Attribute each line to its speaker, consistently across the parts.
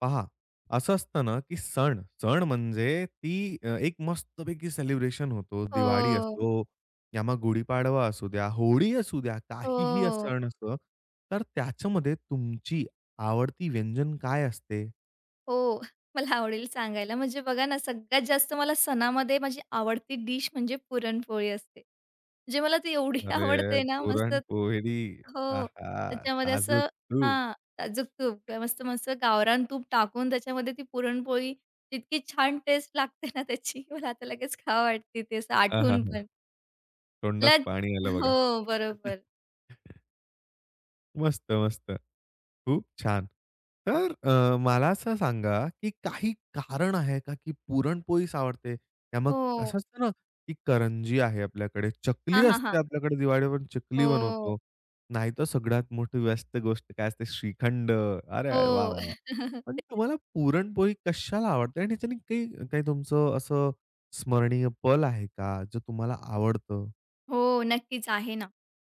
Speaker 1: पहा, असं असतं ना, की सण, सण म्हणजे ती एक मस्तपैकी सेलिब्रेशन होतो. दिवाळी
Speaker 2: हो,
Speaker 1: असो या मग गुढीपाडवा असू द्या, होळी असू द्या, काहीही
Speaker 2: हो,
Speaker 1: सण असो. तर त्याच्यामध्ये तुमची आवडती व्यंजन काय असते?
Speaker 2: हो. मला आवडेल सांगायला. म्हणजे बघा ना, सगळ्यात जास्त मला सणामध्ये माझी आवडती डिश म्हणजे पुरणपोळी असते. म्हणजे मला ती एवढी
Speaker 1: अरे,
Speaker 2: आवडते ना, मस्त
Speaker 1: पुरणपोळी.
Speaker 2: हो.
Speaker 1: आहा!
Speaker 2: त्याच्यामध्ये
Speaker 1: साजूक
Speaker 2: असं
Speaker 1: तूप.
Speaker 2: हां, साजूक तूप, मस्त-मस्त गावरान तूप टाकून त्याच्यामध्ये ती पुरणपोळी इतकी छान टेस्ट लागते ना त्याची, मला आता लगेच खावं वाटते ते असं आठवून
Speaker 1: आहाहा!
Speaker 2: पण.
Speaker 1: तोंडात
Speaker 2: मला
Speaker 1: पाणी आलं
Speaker 2: हो,
Speaker 1: बघा.
Speaker 2: बरोबर.
Speaker 1: मस्त, मस्त. खूप छान. तर मला असं सांगा, की काही कारण आहे का, की पुरणपोळीच आवडते? या मग
Speaker 2: हो.
Speaker 1: असं असतं ना, की करंजी आहे आपल्याकडे,
Speaker 2: हां,
Speaker 1: चकली
Speaker 2: हां, हां.
Speaker 1: असते आपल्याकडे दिवाळीवर चकली
Speaker 2: हो,
Speaker 1: बनवतो. नाहीतर सगळ्यात मोठी व्यस्त गोष्ट काय असते श्रीखंड. अरे, अरे, वाह,
Speaker 2: हो.
Speaker 1: वाह, वाह! पण
Speaker 2: ते
Speaker 1: तुम्हाला पुरणपोळी कशाला आवडते? आणि त्याच्याने काही काही तुमचं असं स्मरणीय पल आहे का, जे तुम्हाला आवडतं?
Speaker 2: हो, नक्कीच आहे ना.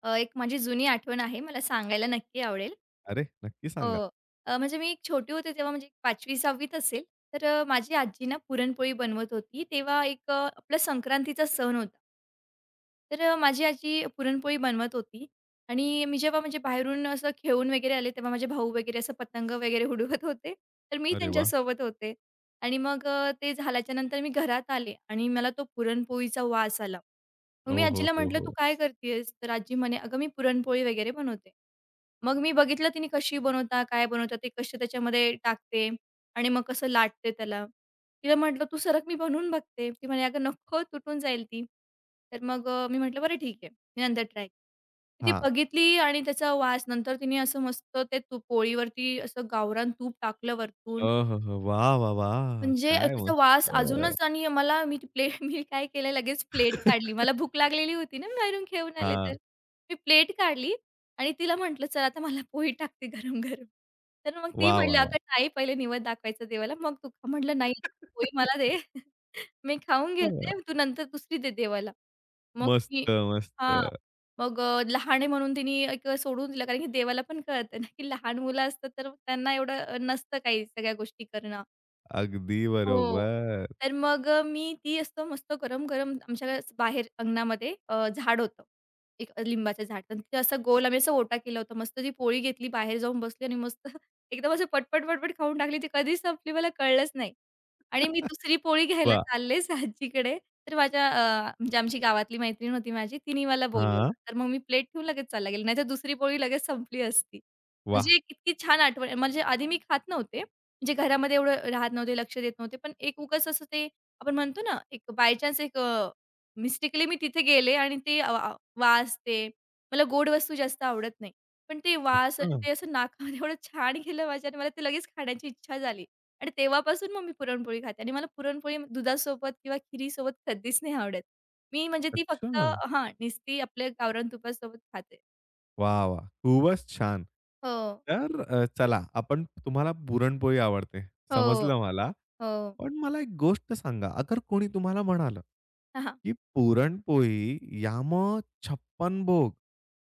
Speaker 2: एक माझी जुनी आठवण आहे. मला सांगायला नक्की आवडेल.
Speaker 1: अरे, नक्की सांगा.
Speaker 2: हो. म्हणजे मी एक छोटी होते तेव्हा म्हणजे 5वी 6वी असेल. तर माझी आजी ना पुरणपोळी बनवत होती. तेव्हा एक आपला संक्रांतीचा सण होता. तर माझी आजी पुरणपोळी बनवत होती आणि मी जेव्हा म्हणजे बाहेरून असं खेळून वगैरे आले, तेव्हा माझे भाऊ वगैरे असं पतंग वगैरे उडवत होते. तर मी
Speaker 1: अरे वाह!
Speaker 2: त्यांच्यासोबत होते आणि मग ते झाल्याच्यानंतर मी घरात आले आणि मला तो पुरणपोळीचा वास आला. मग मी
Speaker 1: हो, हो,
Speaker 2: आजीला
Speaker 1: हो,
Speaker 2: म्हटलं, "तू
Speaker 1: हो.
Speaker 2: काय करतीयेस?" तर आजी म्हणे, "अगं, मी पुरणपोळी वगैरे बनवते." मग मी बघितलं तिने कशी बनवता, काय बनवता, ते कसे त्याच्यामध्ये टाकते आणि मग कसं लाटते त्याला. तिला म्हटलं, "तू सरक मी बनवून बघते." ती म्हणे, "अगं नको, तुटून जाईल ती." तर मग मी म्हटलं, "बरं ठीक आहे, मी नंतर ट्राय." ती
Speaker 1: हां.
Speaker 2: बघितली आणि त्याचा वास नंतर तिने असं मस्त ते तूप पोळीवरती असं गावरान तूप टाकलं वरतून
Speaker 1: हो, हो, हो. वाह, वाह, वाह!
Speaker 2: म्हणजे
Speaker 1: काय
Speaker 2: त्याचा
Speaker 1: मस्त.
Speaker 2: वास अजूनच आणि मला मी ती प्लेट मी काय केलं लगेच प्लेट काढली. मला भूक लागलेली होती ना मी बाहेरून खेळून आले तर.
Speaker 1: हां.
Speaker 2: मी प्लेट काढली आणि तिला म्हटलं, "चल आता मला पोळी टाकते गरम-गरम." तर मग ती
Speaker 1: वाह,
Speaker 2: म्हटली,
Speaker 1: वाह, वाह!
Speaker 2: "अगं नाही पहिले निवेद दाखवायचा देवाला मग तू खा." म्हटलं, "नाही पोळी मला दे. मी खाऊन
Speaker 1: हं.
Speaker 2: घेते तू नंतर दुसरी दे देवाला." मग
Speaker 1: मस्त,
Speaker 2: मी
Speaker 1: मस्त.
Speaker 2: हां. मग लहान आहे म्हणून तिने एक सोडून दिलं कारण की देवाला पण कळतं ना, की लहान मुलं असतात तर त्यांना एवढं नसतं काही सगळ्या गोष्टी करणं.
Speaker 1: अगदी
Speaker 2: हो.
Speaker 1: बरोबर.
Speaker 2: तर मग मी ती असतं मस्त गरम-गरम आमच्या बाहेर अंगणामध्ये झाड होतं. एक लिंबाचं झाड. तर ते असं गोल आम्ही असं ओटा केला होता. मस्त ती पोळी घेतली, बाहेर जाऊन बसली आणि मस्त एकदम असं पटपट-पटपट खाऊन टाकली. ती कधी संपली मला कळलंच नाही. आणि मी दुसरी पोळी घ्यायला
Speaker 1: वाह!
Speaker 2: चाललेच आजीकडे, तर माझ्या म्हणजे आमची गावातली मैत्रीण होती माझी, तिने मला बोलवलं.
Speaker 1: हां.
Speaker 2: तर मग मी प्लेट ठेवून लगेच चालला गेले. नाहीतर दुसरी पोळी लगेच संपली असती.
Speaker 1: वाह!
Speaker 2: म्हणजे एक इतकी छान आठवण आहे. म्हणजे आधी मी खात नव्हते. म्हणजे घरामध्ये एवढं राहत नव्हते, लक्ष देत नव्हते. पण एक उगाच असं ते आपण म्हणतो ना, एक बाय चान्स एक मिस्टेकली मी तिथे गेले आणि ते अ, आ वास ते मला गोड वस्तू जास्त आवडत नाही. पण ते वास
Speaker 1: अच्छा,
Speaker 2: आणि ते असं नाकामध्ये एवढं छान गेलं माझ्या आणि मला ते लगेच खाण्याची इच्छा झाली. आणि तेव्हापासून मग मी पुरणपोळी खाते आणि मला पुरणपोळी दुधासोबत किंवा खिरीसोबत कधीच नाही आवडत. मी म्हणजे ती फक्त
Speaker 1: अच्छा.
Speaker 2: हां, नुसती आपल्या गावरान तुपासोबत खाते.
Speaker 1: वाह, वाह! खूपच छान.
Speaker 2: हो.
Speaker 1: तर चला आपण तुम्हाला पुरणपोळी आवडते
Speaker 2: हो.
Speaker 1: समजलं मला.
Speaker 2: हो.
Speaker 1: पण मला एक गोष्ट सांगा, अगर कोणी तुम्हाला म्हणालं,
Speaker 2: हां, हां.
Speaker 1: की पुरणपोळी या मग छप्पन भोग,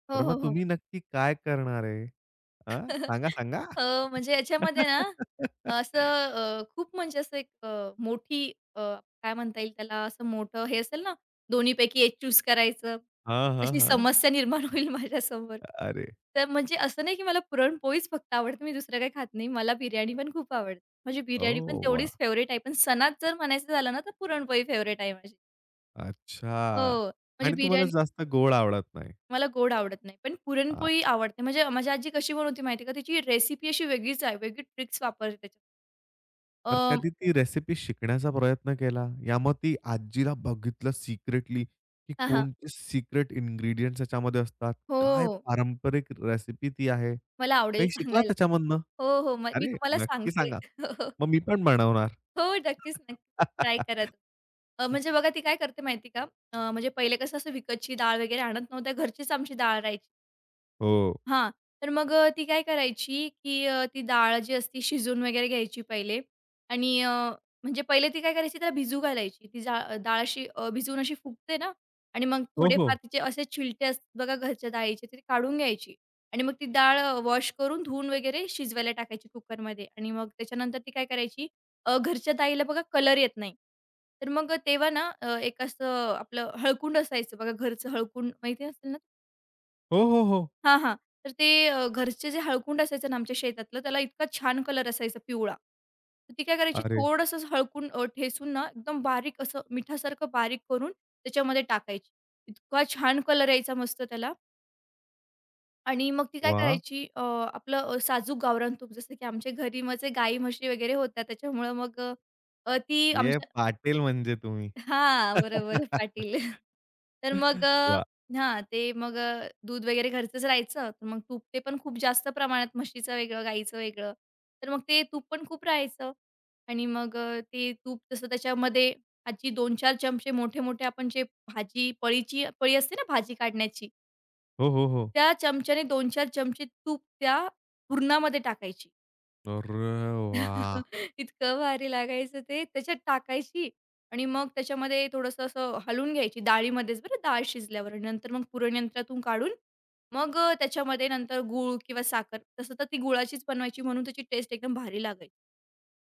Speaker 2: हो,
Speaker 1: तर मग
Speaker 2: हो, हो.
Speaker 1: तुम्ही नक्की काय करणार आहे? अ, सांगा, सांगा?
Speaker 2: अ, म्हणजे याच्यामध्ये ना, असं खूप म्हणजे असं एक मोठी काय म्हणता येईल त्याला असं मोठं हे असेल ना, दोन्हीपैकी एक चूज करायचं.
Speaker 1: हां, हां,
Speaker 2: अशी
Speaker 1: हां.
Speaker 2: समस्या निर्माण होईल माझ्यासमोर.
Speaker 1: अरे!
Speaker 2: तर म्हणजे असं नाही की मला पुरणपोळीच फक्त आवडते, मी दुसरं काही खात नाही. मला बिर्याणी पण खूप आवडते. म्हणजे
Speaker 1: ओ
Speaker 2: बिर्याणी पण
Speaker 1: वाह!
Speaker 2: तेवढीच फेव्हरेट आहे. पण सणात जर म्हणायचं झालं ना, तर पुरणपोळी फेव्हरेट आहे माझी.
Speaker 1: अच्छा
Speaker 2: हो, म्हणजे
Speaker 1: आणि तुम्हाला
Speaker 2: बिर्याणी
Speaker 1: जास्त गोड आवडत नाही.
Speaker 2: मला गोड आवडत नाही. पण
Speaker 1: आ
Speaker 2: पुरणपोळी आवडते. म्हणजे माझी आजी कशी बनवते माहिती का, तिची रेसिपी अशी वेगळीच आहे. वेगळी ट्रिक्स वापरते त्याच्यात. अ,
Speaker 1: तर कधी ती रेसिपी शिकण्याचा प्रयत्न केला? या मग ती आजीला बघितलं सिक्रेटली, की
Speaker 2: हां, हां.
Speaker 1: कोणते सिक्रेट इन्ग्रीडियंट्स याच्यामध्ये असतात? काय
Speaker 2: हो,
Speaker 1: पारंपरिक रेसिपी ती आहे?
Speaker 2: मला आवडेल
Speaker 1: काही शिकला
Speaker 2: सांगायला.
Speaker 1: त्याच्यामधनं?
Speaker 2: हो, हो. मग मी
Speaker 1: अरे,
Speaker 2: तुम्हाला
Speaker 1: नक्की
Speaker 2: सांगते.
Speaker 1: सांगा. मग मी पण बनवणार.
Speaker 2: हो, नक्कीच, नक्की. ट्राय करा तुम्ही. म्हणजे बघा ती काय करते माहिती आहे का? म्हणजे पहिले कसं असं विकतची डाळ वगैरे आणत नव्हत्या. घरचीच आमची डाळ राहायची.
Speaker 1: हो.
Speaker 2: हां. तर मग ती काय करायची, की ती डाळ जी असती शिजवून वगैरे घ्यायची पहिले आणि म्हणजे पहिले ती काय करायची त्याला भिजू घालायची. ती जा डाळ अशी भिजवून अशी फुगते ना आणि मग
Speaker 1: हो, हो.
Speaker 2: थोडेफार तिचे असे छिलटे असतात बघा घरच्या डाळीचे ते काढून घ्यायची आणि मग ती डाळ वॉश करून धुवून वगैरे शिजवायला टाकायची कुकरमध्ये आणि मग त्याच्यानंतर ती काय करायची घरच्या डाळीला बघा कलर येत नाही. तर मग तेव्हा ना एक असं आपलं हळकुंड असायचं बघा घरचं हळकुंड माहिती असेल ना
Speaker 1: हो, हो, हो.
Speaker 2: हां, हां. तर ते घरचे जे हळकुंड असायचं ना आमच्या शेतातलं, त्याला इतका छान कलर असायचा पिवळा. तर ती काय करायची
Speaker 1: अरे
Speaker 2: थोडंसं असं हळकून ठेचून ना एकदम बारीक असं मिठासारखं बारीक करून त्याच्यामध्ये टाकायची. इतका छान कलर यायचा मस्त त्याला आणि मग ती काय
Speaker 1: वाह!
Speaker 2: करायची आपलं साजूक गावरान तूप जसं की आमच्या घरी माझे गाई म्हशी वगैरे होत्या त्याच्यामुळं मग अ, अ, ती
Speaker 1: ये
Speaker 2: आमच्या
Speaker 1: पाटील म्हणजे तुम्ही.
Speaker 2: हां, बरोबर पाटील. तर मग
Speaker 1: वाह!
Speaker 2: हां, ते मग दूध वगैरे घरचंच राहायचं. तर मग तूप ते पण खूप जास्त प्रमाणात म्हशीचं वेगळं, गाईचं वेगळं. तर मग ते तूप पण खूप राहायचं आणि मग ते तूप तसं त्याच्यामध्ये आजी 2-4 चमचे मोठे-मोठे आपण जे भाजी पळीची पळी असते ना भाजी काढण्याची,
Speaker 1: हो, हो, हो.
Speaker 2: त्या चमच्याने 2-4 चमचे तूप त्या पुरणामध्ये टाकायची.
Speaker 1: अरे वाह!
Speaker 2: इतकं भारी लागायचं ते. त्याच्यात टाकायची आणि मग त्याच्यामध्ये थोडंसं असं हलवून घ्यायची डाळीमध्येच बरं डाळ शिजल्यावर आणि नंतर मग पुरण यंत्रातून काढून मग त्याच्यामध्ये नंतर गूळ किंवा साखर तसं तर ती गुळाचीच बनवायची म्हणून त्याची टेस्ट एकदम भारी लागायची.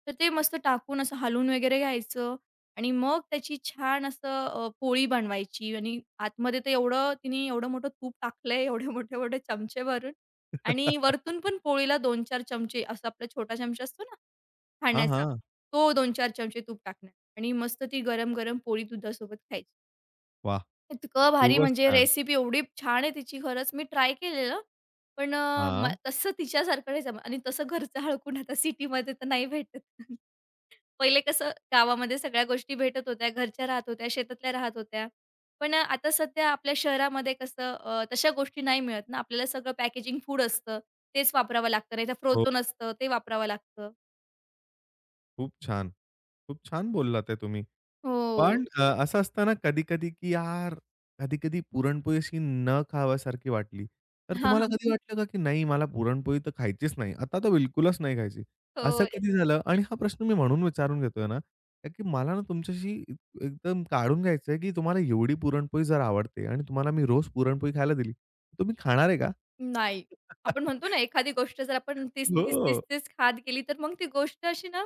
Speaker 2: तर ते मस्त टाकून असं हलवून वगैरे घ्यायचं आणि मग त्याची छान असं पोळी बनवायची आणि आतमध्ये तर एवढं तिने एवढं मोठं तूप टाकलंय एवढे मोठे-मोठे चमचे भरून आणि वरतून पण पोळीला 2-4 चमचे असा आपला छोटा चमचा असतो ना
Speaker 1: हां,
Speaker 2: खाण्याचा.
Speaker 1: हां.
Speaker 2: तो 2-4 चमचे तूप टाकणार आणि मस्त ती गरम-गरम पोळी दुधासोबत खायची.
Speaker 1: वाह!
Speaker 2: इतकं भारी
Speaker 1: खूपच
Speaker 2: म्हणजे
Speaker 1: छान.
Speaker 2: रेसिपी एवढी छान आहे तिची खरंच मी ट्राय केलेलं. पण म
Speaker 1: हां.
Speaker 2: तसं तिच्यासारखं नाही जमलं आणि तसं घरचं हळकून आता सिटीमध्ये तर नाही भेटत. पहिले कसं गावामध्ये सगळ्या गोष्टी भेटत होत्या, घरच्या राहत होत्या, शेतातल्या राहत होत्या. पण आता सध्या आपल्या शहरामध्ये कसं तशा गोष्टी नाही मिळत ना. आपल्याला सगळं पॅकेजिंग फूड असतं. तेच वापरावं लागतं नाहीतर
Speaker 1: हो.
Speaker 2: फ्रोझन असतं ते वापरावं लागतं.
Speaker 1: खूप छान. खूप छान बोललात आहे तुम्ही. पण
Speaker 2: हो.
Speaker 1: हं. असं असतं ना कधी-कधी, की यार कधी-कधी पुरणपोळी अशी न खावासारखी वाटली. तर
Speaker 2: हां,
Speaker 1: तुम्हाला
Speaker 2: हां.
Speaker 1: कधी हं. वाटलं का, की नाही मला पुरणपोळी तर खायचीच नाही. आता तर बिलकुलच नाही खायची. असं
Speaker 2: हो.
Speaker 1: कधी झालं? आणि हा प्रश्न मी म्हणून विचारून घेतोय ना, कारण की मला ना तुमच्याशी एक एकदम काढून घ्यायचंय, की तुम्हाला एवढी पुरणपोळी जर आवडते आणि तुम्हाला मी रोज पुरणपोळी खायला दिली, तुम्ही खाणार आहे का?
Speaker 2: नाही. आपण म्हणतो ना, एखादी गोष्ट जर आपण 30-30,
Speaker 1: हो.
Speaker 2: 30-30 खात गेली, तर मग ती गोष्ट अशी ना,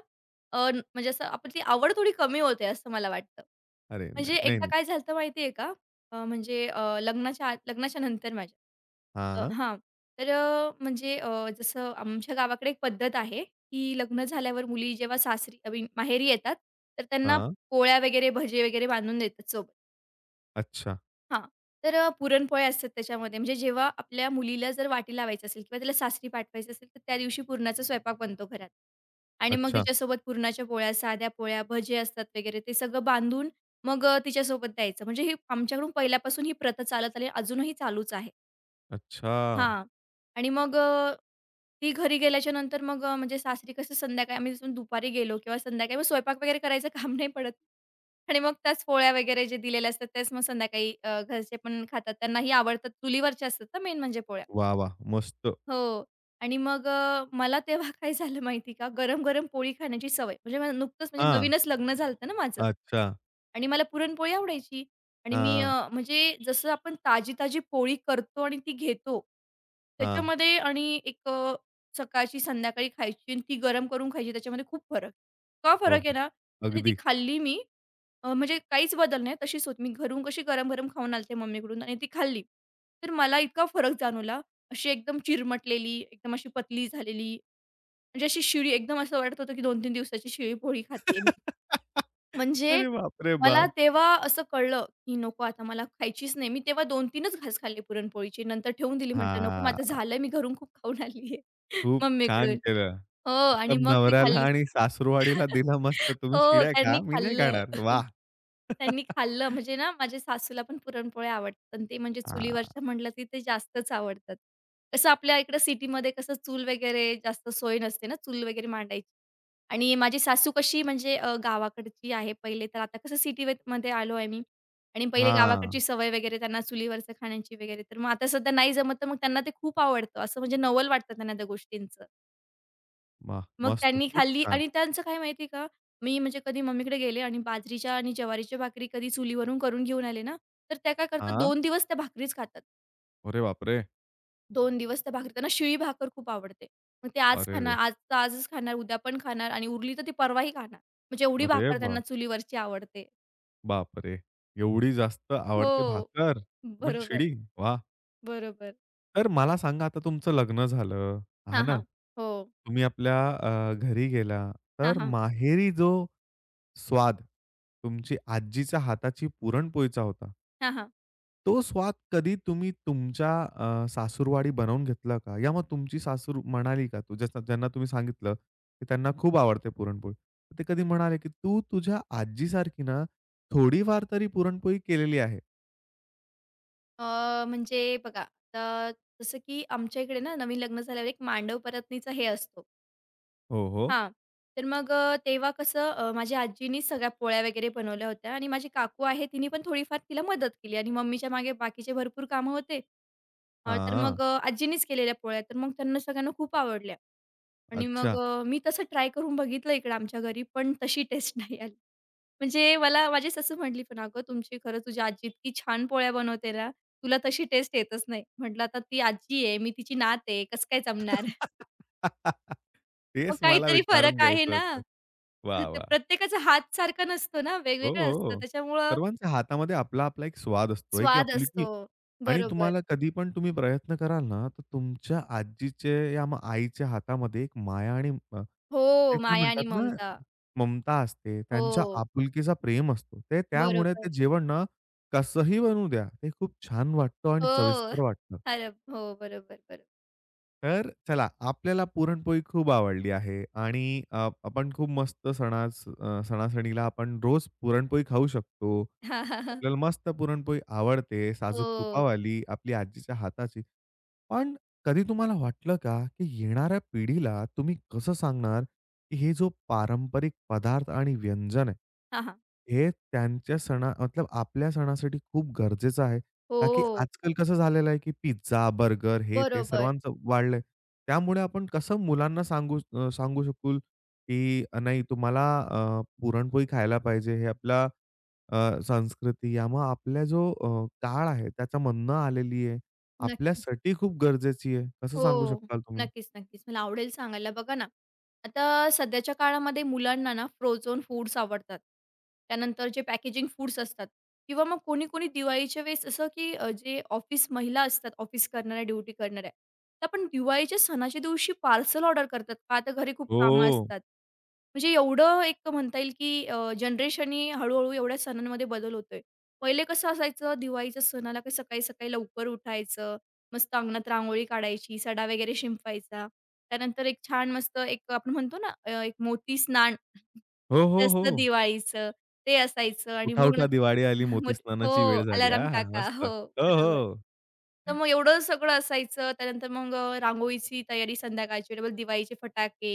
Speaker 2: म्हणजे असं आपण ती आवड थोडी कमी होते असं मला वाटतं.
Speaker 1: अरे
Speaker 2: म्हणजे
Speaker 1: नाही, नाही,
Speaker 2: एकदा
Speaker 1: नाही.
Speaker 2: काय झालं होतं माहिती आहे का? म्हणजे लग्नाच्या आत लग्नाच्या नंतर माझ्या
Speaker 1: हां,
Speaker 2: हां. तर म्हणजे जसं आमच्या गावाकडे एक पद्धत आहे, की लग्न झाल्यावर मुली जेव्हा सासरी आय मीन माहेरी येतात, तर त्यांना
Speaker 1: हां.
Speaker 2: पोळ्या वगैरे, भजे वगैरे बांधून देतात सोबत.
Speaker 1: अच्छा,
Speaker 2: हां. तर पुरणपोळ्या असतात त्याच्यामध्ये. म्हणजे जेव्हा आपल्या मुलीला जर वाटी लावायचं असेल किंवा त्याला सासरी पाठवायचं असेल, तर त्या दिवशी पुरणाचा स्वयंपाक बनतो घरात. आणि मग
Speaker 1: अच्छा,
Speaker 2: तिच्यासोबत पुरणाच्या पोळ्या, साध्या पोळ्या, भजे असतात वगैरे ते सगळं बांधून मग तिच्यासोबत द्यायचं. म्हणजे हे आमच्याकडून पहिल्यापासून ही प्रथा चालत आली अजूनही चालूच आहे.
Speaker 1: अच्छा.
Speaker 2: हां. आणि मग ती घरी गेल्याच्यानंतर मग म्हणजे सासरी कसं संध्याकाळी आम्ही जसं दुपारी गेलो किंवा संध्याकाळी मग स्वयंपाक वगैरे करायचं काम नाही पडत आणि मग त्याच पोळ्या वगैरे जे दिलेल्या असतात त्याच मग संध्याकाळी घरचे पण खातात. त्यांनाही आवडतात. चुलीवरच्या असतात ना मेन म्हणजे पोळ्या.
Speaker 1: वाह, वाह! मस्त.
Speaker 2: हो. आणि मग मला तेव्हा काय झालं माहिती का, गरम-गरम पोळी खाण्याची सवय. म्हणजे मला नुकतंच म्हणजे
Speaker 1: हां.
Speaker 2: नवीनच लग्न झालं ना माझं.
Speaker 1: अच्छा.
Speaker 2: आणि मला पुरणपोळी आवडायची आणि मी
Speaker 1: हां,
Speaker 2: म्हणजे जसं आपण ताजी-ताजी पोळी करतो आणि ती घेतो,
Speaker 1: हां.
Speaker 2: त्याच्यामध्ये आणि सकाळची संध्याकाळी खायची आणि ती गरम करून खायची त्याच्यामध्ये खूप फरक. का
Speaker 1: हो,
Speaker 2: फरक
Speaker 1: हो.
Speaker 2: आहे ना, आणि ती
Speaker 1: अगदी.
Speaker 2: खाल्ली मी म्हणजे काहीच बदल नाही तशीच होती. मी घरून कशी गरम-गरम खाऊन आलते मम्मीकडून आणि ती खाल्ली. तर मला इतका फरक जाणवला. अशी एकदम चिरमटलेली, एकदम अशी पतली झालेली, म्हणजे अशी शिळी एकदम असं वाटत होतं की 2-3 दिवसाची शिळी पोळी खाते मी. म्हणजे
Speaker 1: अरे बापरे
Speaker 2: मला
Speaker 1: बाप!
Speaker 2: तेव्हा असं कळलं, की नको आता मला खायचीच नाही. मी तेव्हा दोन 3 च घास खाल्ले पुरणपोळीचे. नंतर ठेवून दिली म्हटलं, "नको माझं
Speaker 1: हां.
Speaker 2: झालंय, मी घरून खूप खाऊन आली आहे
Speaker 1: खूप छान
Speaker 2: मम्मीकडून."
Speaker 1: केलं.
Speaker 2: हो आणि
Speaker 1: मतलब
Speaker 2: मग ती
Speaker 1: नवऱ्याला
Speaker 2: खाल्लीच.
Speaker 1: आणि सासूरवाडीला दिला मस्त. तुम्ही
Speaker 2: हो,
Speaker 1: शिव्या
Speaker 2: त्यांनी
Speaker 1: खा, मी नाही
Speaker 2: खाल्लं.
Speaker 1: खाणार. वाह!
Speaker 2: त्यांनी खाल्लं म्हणजे ना, माझ्या सासूला पण पुरणपोळ्या आवडतात आणि ते म्हणजे
Speaker 1: हां.
Speaker 2: चुलीवरच्या म्हटलं की ते जास्तच आवडतात. कसं आपल्या इकडं सिटीमध्ये कसं चूल वगैरे जास्त सोय नसते ना, चूल वगैरे मांडायची. आणि माझी सासू कशी म्हणजे गावाकडची आहे पहिले तर आता कसं सिटीमध्ये आलो आहे मी आणि पहिले
Speaker 1: हां.
Speaker 2: गावाकडची सवय वगैरे त्यांना चुलीवरचं खाण्याची वगैरे. तर मग आता सध्या नाही जमत, तर मग त्यांना ते खूप आवडतं. असं म्हणजे नवल वाटतं त्यांना त्या गोष्टींचं.
Speaker 1: वाह!
Speaker 2: मग
Speaker 1: मस्त.
Speaker 2: त्यांनी
Speaker 1: खूप
Speaker 2: खाल्ली
Speaker 1: छान.
Speaker 2: आणि त्यांचं काय माहिती आहे का, मी म्हणजे कधी मम्मीकडे गेले आणि बाजरीच्या आणि ज्वारीच्या भाकरी कधी चुलीवरून करून घेऊन आले ना, तर त्या काय करतात
Speaker 1: हां.
Speaker 2: 2 दिवस त्या भाकरीच खातात.
Speaker 1: अरे बापरे!
Speaker 2: 2 दिवस त्या भाकरी त्यांना शिळी भाकर खूप आवडते. मग ते आज खाणार,
Speaker 1: अरेरे!
Speaker 2: आजचं आजच खाणार, उद्या पण खाणार आणि उरली तर ते परवाही खाणार. म्हणजे एवढी
Speaker 1: अरे
Speaker 2: भाकर त्यांना
Speaker 1: बाप
Speaker 2: चुलीवरची आवडते.
Speaker 1: बापरे! एवढी जास्त आवडते
Speaker 2: हो.
Speaker 1: भाकर, पण
Speaker 2: बरोबर,
Speaker 1: शिडी. वाह!
Speaker 2: बरोबर.
Speaker 1: तर मला सांगा आता तुमचं लग्न झालं,
Speaker 2: हां,
Speaker 1: हां ना?
Speaker 2: हां. हो.
Speaker 1: तुम्ही आपल्या घरी गेला,
Speaker 2: हां,
Speaker 1: तर
Speaker 2: हां.
Speaker 1: माहेरी जो स्वाद तुमची आजीच्या हाताची पुरणपोळीचा होता,
Speaker 2: हां, हां.
Speaker 1: तो स्वाद कधी तुम्ही तुमच्या सासूरवाडी बनवून घेतला का? या मग तुमची सासू म्हणाली का? तुझ्या ज्यांना तुम्ही सांगितलं, की त्यांना खूप आवडते पुरणपोळी. तर ते कधी म्हणाले, की "तू तुझ्या आजीसारखी ना, थोडीफार तरी पुरणपोळी केलेली आहे."
Speaker 2: म्हणजे बघा, तर जसं की आमच्या इकडे ना नवीन लग्न झाल्यावर एक मांडव परतनीचा हे असतो.
Speaker 1: हो, हो.
Speaker 2: हां. तर मग तेव्हा कसं माझ्या आजीनीच सगळ्या पोळ्या वगैरे बनवल्या होत्या आणि माझी काकू आहे तिने पण थोडीफार तिला मदत केली आणि मम्मीच्या मागे बाकीचे भरपूर कामं होते. तर
Speaker 1: हां.
Speaker 2: मग आजीनीच केलेल्या पोळ्या तर मग त्यांना सगळ्यांना खूप आवडल्या आणि मग
Speaker 1: अच्छा.
Speaker 2: मी तसं ट्राय करून बघितलं इकडं आमच्या घरी, पण तशी टेस्ट नाही आली. म्हणजे मला माझी सासू म्हटली, "पण अगं तुमची खरंच तुझी आजी इतकी छान पोळ्या बनवते ना, तुला तशी टेस्ट येतच नाही." म्हटलं, "आता ती आजी आहे, मी तिची नात आहे, कसं काय जमणार?" मग
Speaker 1: तेच मला
Speaker 2: काहीतरी
Speaker 1: विचारून
Speaker 2: फरक आहे
Speaker 1: घ्यायचं
Speaker 2: ना.
Speaker 1: होतं.
Speaker 2: म्हणजे
Speaker 1: वाह!
Speaker 2: ते
Speaker 1: वाह!
Speaker 2: प्रत्येकाचा हात सारखा नसतो ना,
Speaker 1: हो,
Speaker 2: वेगवेगळा असतो.
Speaker 1: हो.
Speaker 2: त्याच्यामुळं
Speaker 1: सर्वांच्या हातामध्ये आपला-आपला एक स्वाद असतो, एक
Speaker 2: स्वाद
Speaker 1: आपुलकी
Speaker 2: असतो.
Speaker 1: आणि
Speaker 2: बरोबर.
Speaker 1: तुम्हाला कधी पण तुम्ही प्रयत्न कराल ना, तर तुमच्या आजीचे या मग आईच्या हातामध्ये एक माया आणि
Speaker 2: हो,
Speaker 1: ते काय
Speaker 2: माया आणि
Speaker 1: म्हणतात ना,
Speaker 2: ममता.
Speaker 1: ममता असते. त्यांच्या
Speaker 2: हो,
Speaker 1: आपुलकीचा प्रेम असतो. ते त्यामुळे
Speaker 2: बरोबर.
Speaker 1: ते जेवण ना, कसंही बनू द्या, ते खूप छान वाटतं आणि
Speaker 2: हो.
Speaker 1: चविस्तर वाटतं.
Speaker 2: अरे हो, बरोबर, बरोबर.
Speaker 1: तर चला, आपल्याला पुरणपोळी खूप आवडली आहे आणि आपण खूप मस्त सणास सणासणीला आपण रोज पुरणपोळी खाऊ शकतो.
Speaker 2: हां, हां, हां.
Speaker 1: आपल्याला मस्त पुरणपोळी आवडते, साजूक
Speaker 2: हो.
Speaker 1: तुपावाली, आपली आजीच्या हाताची. पण कधी तुम्हाला वाटलं का, की येणाऱ्या पिढीला तुम्ही कसं सांगणार, की हे जो पारंपरिक पदार्थ आणि व्यंजन आहे,
Speaker 2: हां, हां.
Speaker 1: हे त्यांच्या सणा मतलब आपल्या सणासाठी खूप गरजेचं आहे? का की
Speaker 2: हो,
Speaker 1: आजकाल कसं झालेलं आहे, की पिझ्झा, बर्गर हे ते
Speaker 2: बरोबर.
Speaker 1: सर्वांचं वाढलंय. त्यामुळे आपण कसं मुलांना सांगू सांगू शकू, की नाही तुम्हाला पुरणपोळी खायला पाहिजे. हे आपला संस्कृती या मग आपला जो काळ आहे त्याच्यामधनं आलेली आहे.
Speaker 2: नक्कीच.
Speaker 1: आपल्यासाठी खूप गरजेची आहे. कसं सांगू
Speaker 2: हो.
Speaker 1: शकाल तुम्ही?
Speaker 2: नक्कीच, नक्कीच. मला आवडेल सांगायला. बघा ना, आता सध्याच्या काळामध्ये मुलांना ना फ्रोझन फूड्स आवडतात. त्यानंतर जे पॅकेजिंग फूड्स असतात किंवा मग कोणी-कोणी दिवाळीच्या वेळेस असं की जे ऑफिस महिला असतात, ऑफिस करणाऱ्या, ड्युटी करणाऱ्या, त्या पण दिवाळीच्या सणाच्या दिवशी पार्सल ऑर्डर करतात. का तर घरी खूप कामं
Speaker 1: हो.
Speaker 2: असतात. म्हणजे एवढं एक म्हणता येईल की जनरेशनी एवढ्या सणांमध्ये बदल होतोय. पहिले कसं असायचं दिवाळीच्या सणाला की सकाळी-सकाळी लवकर उठायचं. मस्त अंगणात रांगोळी काढायची, सडा वगैरे शिंपवायचा. त्यानंतर एक छान मस्त एक आपण म्हणतो ना एक मोती स्नान
Speaker 1: हो,
Speaker 2: ते
Speaker 1: हो, हो.
Speaker 2: असतं दिवाळीचं, ते असायचं आणि
Speaker 1: उठा,
Speaker 2: मग न
Speaker 1: उठा दिवाळी आली,
Speaker 2: मग
Speaker 1: मोती
Speaker 2: हो,
Speaker 1: स्नानाची वेळ झाली.
Speaker 2: अलाराम
Speaker 1: आहा!
Speaker 2: काका.
Speaker 1: मस्त.
Speaker 2: हो,
Speaker 1: हो,
Speaker 2: बरोबर.
Speaker 1: हो.
Speaker 2: तर मग एवढं सगळं असायचं. त्यानंतर मग रांगोळीची तयारी संध्याकाळची, डबल दिवाळीचे फटाके,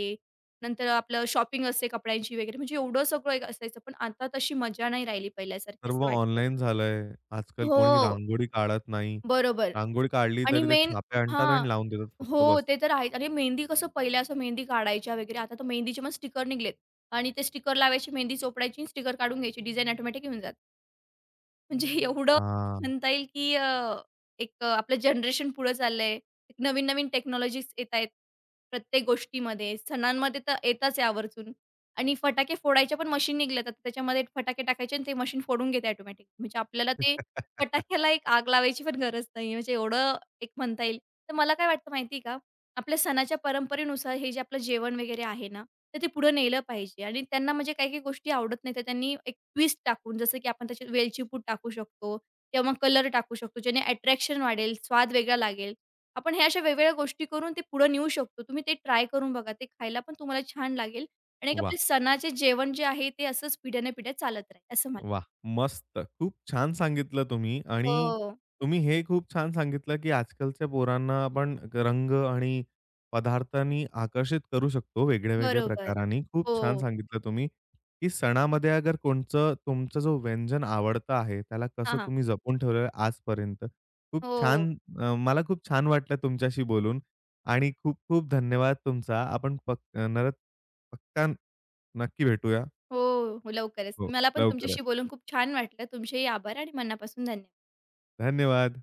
Speaker 2: नंतर आपलं शॉपिंग असते कपड्यांची वगैरे, म्हणजे एवढं सगळं एक असायचं. पण आता तशी मजा नाही राहिली पहिल्यासारखी
Speaker 1: सर्व
Speaker 2: असं वाटतं मला.
Speaker 1: ऑनलाईन झालंय. आजकाल कोणी
Speaker 2: हो,
Speaker 1: रांगोळी काढत नाही.
Speaker 2: बरोबर
Speaker 1: रांगोळी काढली
Speaker 2: आणि
Speaker 1: तरी ते
Speaker 2: मेन
Speaker 1: छापे आणतात
Speaker 2: हां.
Speaker 1: आणि लावून देतात फक्त
Speaker 2: हो,
Speaker 1: बस.
Speaker 2: ते तर आहेच. आणि मेहंदी कसं पहिले असं मेहंदी काढायच्या वगैरे, आता तर मेहंदीचे पण स्टिकर निघालेत आणि ते स्टिकर लावायची, मेहंदी चोपडायची, स्टिकर काढून घ्यायची. डिझाईन ऑटोमॅटिक येऊन जाते. म्हणजे एवढं
Speaker 1: हां.
Speaker 2: म्हणता येईल, की एक आपलं जनरेशन पुढे चाललंय. नवीन-नवीन टेक्नॉलॉजीज येतायत प्रत्येक गोष्टीमध्ये. सणांमध्ये तर येताच आहे आवर्जून आणि फटाके फोडायच्या पण मशीन निघाल्यात. आता त्याच्यामध्ये फटाके टाकायचे आणि ते मशीन फोडून घेते ऑटोमॅटिक. म्हणजे आपल्याला ते फटाक्याला एक आग लावायची पण गरज नाहीये. म्हणजे एवढं एक म्हणता येईल. तर मला काय वाटतं माहिती आहे का? आपल्या सणाच्या परंपरेनुसार हे जे आपलं जेवण वगैरे आहे ना तर ते पुढे नेलं पाहिजे आणि त्यांना म्हणजे काही-काही गोष्टी आवडत नाही, तर त्यांनी एक ट्विस्ट टाकून जसं की आपण त्याच्यात वेलची पूड टाकू शकतो किंवा मग कलर टाकू शकतो, ज्याने अट्रॅक्शन वाढेल, स्वाद वेगळा लागेल. आपण ह्या अशा वेगवेगळ्या गोष्टी करून ते पुढे नेऊ शकतो. तुम्ही ते ट्राय करून बघा. ते खायला पण तुम्हाला छान लागेल आणि एक आपले
Speaker 1: वाह!
Speaker 2: सणाचे जेवण जे आहे ते असंच पिढ्यानपिढ्या चालत राहील असं मला
Speaker 1: वाह! मस्त. खूप छान सांगितलं तुम्ही आणि
Speaker 2: हो,
Speaker 1: तुम्ही हे खूप छान सांगितलं, की आजकालच्या पोरांना आपण ग- रंग आणि पदार्थांनी आकर्षित करू शकतो वेगळ्या-वेगळ्या
Speaker 2: बरोबर.
Speaker 1: प्रकारांनी. खूप छान
Speaker 2: हो.
Speaker 1: सांगितलं तुम्ही, की सणामध्ये अगर कोणचं तुमचा जो व्यंजन आवडतं आहे, त्याला
Speaker 2: हां,
Speaker 1: कसं
Speaker 2: हां.
Speaker 1: तुम्ही जपून ठेवलेलं आहे आजपर्यंत. खूप
Speaker 2: हो,
Speaker 1: छान मला खूप छान वाटलं तुमच्याशी बोलून आणि खूप-खूप धन्यवाद तुमचा. आपण पक नरत पक्का नक्की भेटूया.
Speaker 2: हो, हो लवकरच.
Speaker 1: हो,
Speaker 2: मला पण तुमच्याशी
Speaker 1: लवकरच.
Speaker 2: बोलून खूप छान वाटलं. तुमचेही आभार आणि मनापासून धन्यवाद.
Speaker 1: धन्यवाद.